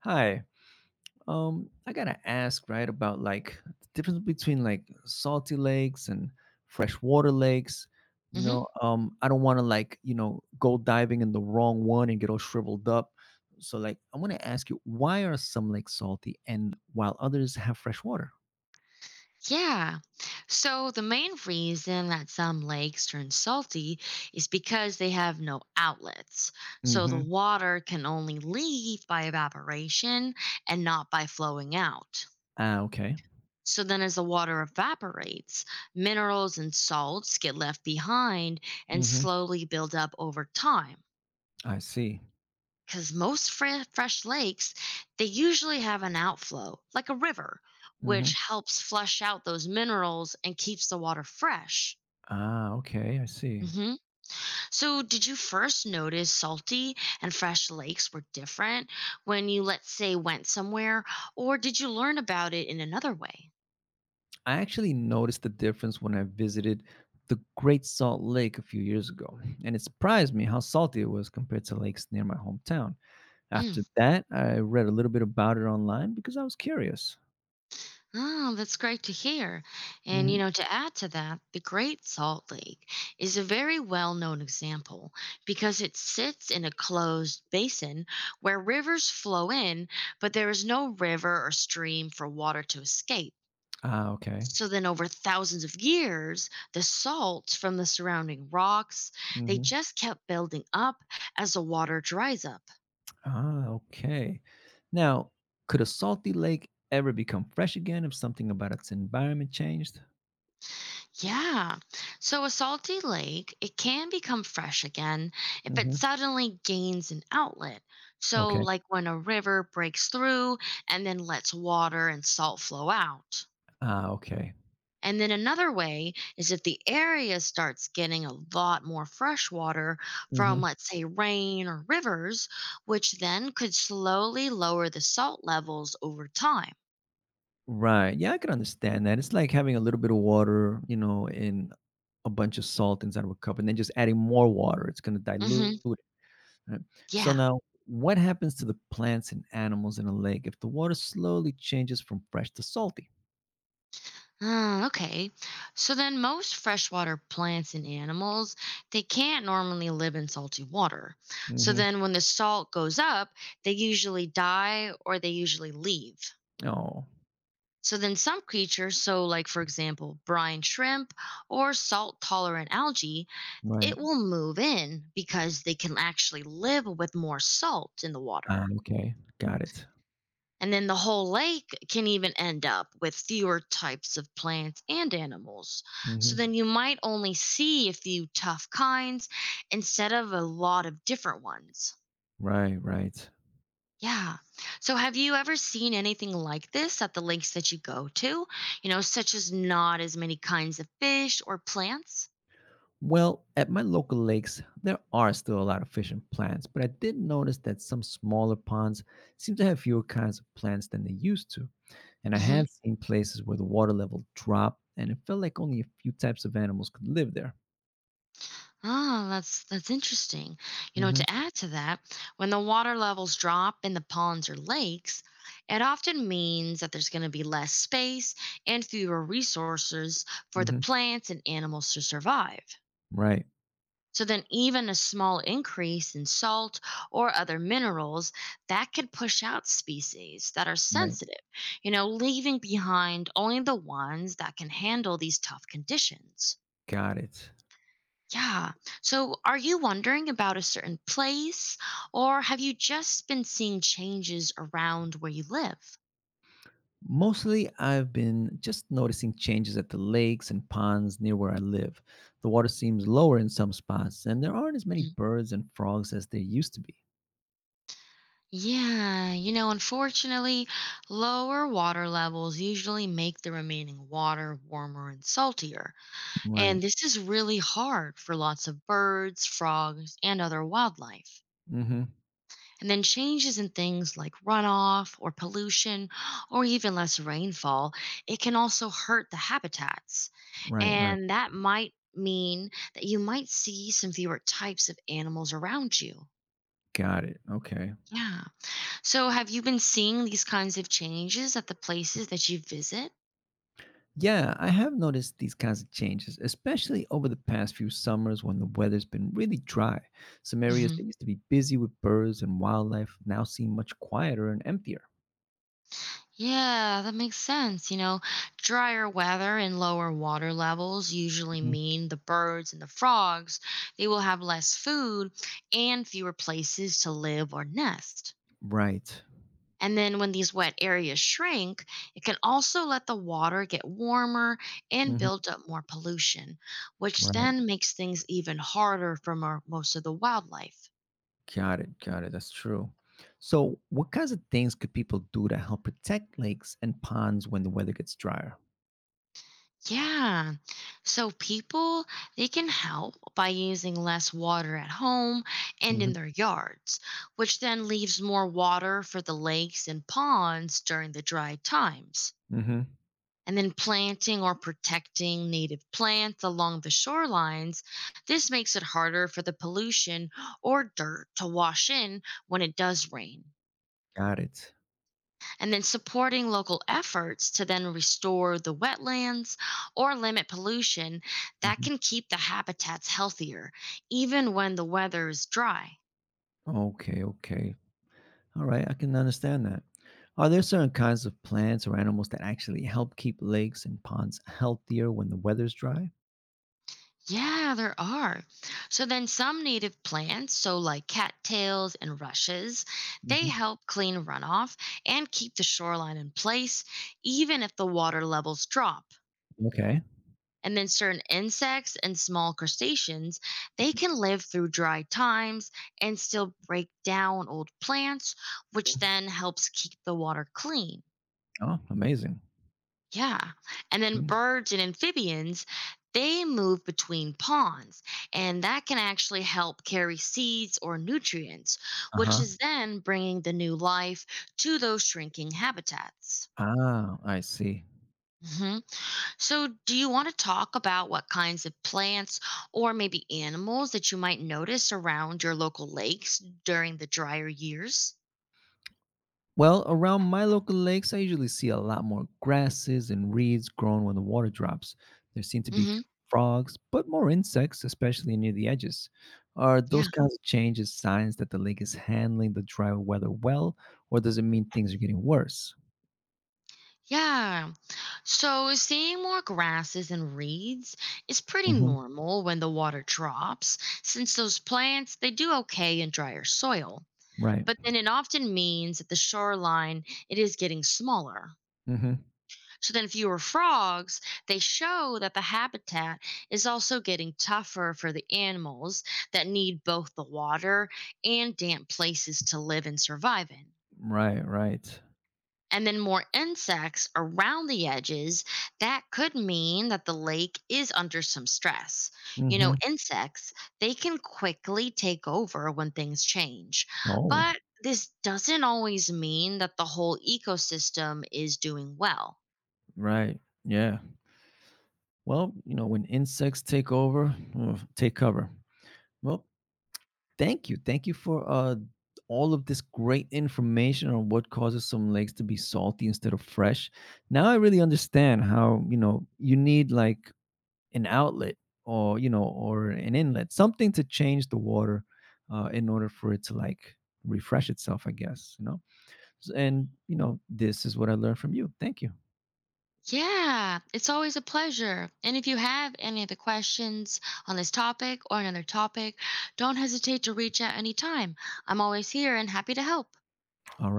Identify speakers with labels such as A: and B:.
A: Hi. I gotta ask, right, about like the difference between like salty lakes and freshwater lakes.
B: Hmm.
A: I don't want to like, go diving in the wrong one and get all shriveled up. So like I want to ask you, why are some lakes salty and while others have fresh water?
B: Yeah. So the main reason that some lakes turn salty is because they have no outlets. So the
A: Mm-hmm.
B: water can only leave by evaporation and not by flowing out.
A: Ah, okay.
B: So then, as the water evaporates, minerals and salts get left behind and
A: Mm-hmm.
B: slowly build up over time.
A: I see.
B: Because most fresh lakes, they usually have an outflow like a river
A: Mm-hmm.
B: which helps flush out those minerals and keeps the water fresh.
A: Ah, okay, I see.
B: Hmm, so did you first notice salty and fresh lakes were different when you, let's say, went somewhere, or did you learn about it in another way?
A: I actually noticed the difference when I visited the Great Salt Lake a few years ago, and it surprised me how salty it was compared to lakes near my hometown.
B: Hmm.
A: After that, I read a little bit about it online because I was curious.
B: Oh, that's great to hear. And, you
A: Hmm.
B: know, to add to that, the Great Salt Lake is a very well known example because it sits in a closed basin where rivers flow in, but there is no river or stream for water to escape.
A: Ah, okay.
B: So then over thousands of years, the salts from the surrounding rocks, they
A: Hmm.
B: just kept building up as the water dries up.
A: Ah, okay. Now, could a salty lake ever become fresh again if something about its environment changed?
B: Yeah. So a salty lake, it can become fresh again if it
A: Hmm.
B: suddenly gains an outlet. So,
A: Okay.
B: like when a river breaks through and then lets water and salt flow out.
A: Ah, okay.
B: And then another way is if the area starts getting a lot more fresh water from, let's say, rain or rivers, which then could slowly lower the salt levels over time.
A: Right. Yeah, I can understand that. It's like having a little bit of water, in a bunch of salt inside of a cup and then just adding more water. It's going to
B: Hmm.
A: dilute it. Right? So
B: Yeah.
A: now, what happens to the plants and animals in a lake if the water slowly changes from fresh to salty?
B: Ah, okay. So then most freshwater plants and animals, they can't normally live in salty water. So
A: Hmm.
B: then when the salt goes up, they usually die or they usually leave.
A: Oh,
B: So then some creatures, so like for example, brine shrimp or salt tolerant algae,
A: right.
B: it will move in because they can actually live with more salt in the water.
A: Ah, okay. Got it.
B: And then the whole lake can even end up with fewer types of plants and animals. So
A: Hmm.
B: then you might only see a few tough kinds instead of a lot of different ones.
A: Right, right.
B: Yeah. So have you ever seen anything like this at the lakes that you go to? You know, such as not as many kinds of fish or plants?
A: Well, at my local lakes, there are still a lot of fish and plants, but I did notice that some smaller ponds seem to have fewer kinds of plants than they used to. And I
B: Hmm.
A: have seen places where the water level dropped and it felt like only a few types of animals could live there.
B: Ah, that's interesting. You know,
A: Hmm.
B: to add to that, when the water levels drop in the ponds or lakes, it often means that there's going to be less space and fewer resources for the
A: Hmm.
B: plants and animals to survive.
A: Right.
B: So then even a small increase in salt or other minerals, that could push out species that are
A: Right.
B: sensitive, you know, leaving behind only the ones that can handle these tough conditions.
A: Got it.
B: Yeah. So are you wondering about a certain place, or have you just been seeing changes around where you live?
A: Mostly, I've been just noticing changes at the lakes and ponds near where I live. The water seems lower in some spots, and there aren't as many
B: Mhm.
A: birds and frogs as there used to be.
B: Yeah, you know, unfortunately, lower water levels usually make the remaining water warmer and saltier. And
A: Right.
B: this is really hard for lots of birds, frogs, and other wildlife.
A: Hmm.
B: And then changes in things like runoff or pollution or even less rainfall, it can also hurt the habitats.
A: Right, right.
B: And that might mean that you might see some fewer types of animals around you.
A: Got it. Okay.
B: Yeah. So have you been seeing these kinds of changes at the places that you visit?
A: Yeah, I have noticed these kinds of changes, especially over the past few summers when the weather's been really dry. Some areas that used to be busy with birds and wildlife now seem much quieter and emptier.
B: Yeah, that makes sense. You know, drier weather and lower water levels usually
A: Mhm.
B: mean the birds and the frogs, they will have less food and fewer places to live or nest.
A: Right.
B: And then when these wet areas shrink, it can also let the water get warmer and
A: Hmm.
B: build up more pollution, which
A: Right.
B: then makes things even harder for most of the wildlife.
A: Got it. Got it. That's true. So, what kinds of things could people do to help protect lakes and ponds when the weather gets drier?
B: Yeah. So people, they can help by using less water at home and in
A: Hmm.
B: their yards, which then leaves more water for the lakes and ponds during the dry times.
A: Hmm.
B: And then planting or protecting native plants along the shorelines, this makes it harder for the pollution or dirt to wash in when it does rain,
A: Got it.
B: and then supporting local efforts to then restore the wetlands or limit pollution, that can
A: Hmm.
B: keep the habitats healthier, even when the weather is dry.
A: Okay. Okay. All right, I can understand that. Are there certain kinds of plants or animals that actually help keep lakes and ponds healthier when the weather's dry?
B: Yeah, there are. So then some native plants, so like cattails and rushes, they
A: Hmm.
B: help clean runoff and keep the shoreline in place, even if the water levels drop.
A: Okay.
B: And then certain insects and small crustaceans, they can live through dry times and still break down old plants, which then helps keep the water clean.
A: Oh, amazing.
B: Yeah. And then
A: Uh
B: birds and amphibians, they move between ponds, and that can actually help carry seeds or nutrients, which
A: huh.
B: is then bringing the new life to those shrinking habitats.
A: Ah, I see.
B: Mhm. So, do you want to talk about what kinds of plants or maybe animals that you might notice around your local lakes during the drier years?
A: Well, around my local lakes, I usually see a lot more grasses and reeds growing when the water drops. There seem to be f-
B: Hmm.
A: Frogs, but more insects, especially near the edges. Are
B: Yeah.
A: those kinds of changes signs that the lake is handling the dry weather well, or does it mean things are getting worse?
B: Yeah. So, seeing more grasses and reeds is pretty normal when the water drops, since those plants, they do okay in drier soil.
A: Right.
B: But then it often means that the shoreline, it is getting smaller.
A: Mhm.
B: So then fewer frogs, they show that the habitat is also getting tougher for the animals that need both the water and damp places to live and survive in.
A: Right, right.
B: And then more insects around the edges, that could mean that the lake is under some stress. You know,
A: Mhm.
B: insects, they can quickly take over when things change.
A: Oh,
B: But this doesn't always mean that the whole ecosystem is doing well.
A: right. Yeah. Well, you know, when insects take over, take cover. Well, thank you. Thank you for all of this great information on what causes some lakes to be salty instead of fresh. Now I really understand how, you know, you need like an outlet or, you know, or an inlet, something to change the water in order for it to like refresh itself, I guess, you know. And, you know, this is what I learned from you. Thank you.
B: Yeah, it's always a pleasure. And if you have any other questions on this topic or another topic, don't hesitate to reach out anytime. I'm always here and happy to help.
A: All right.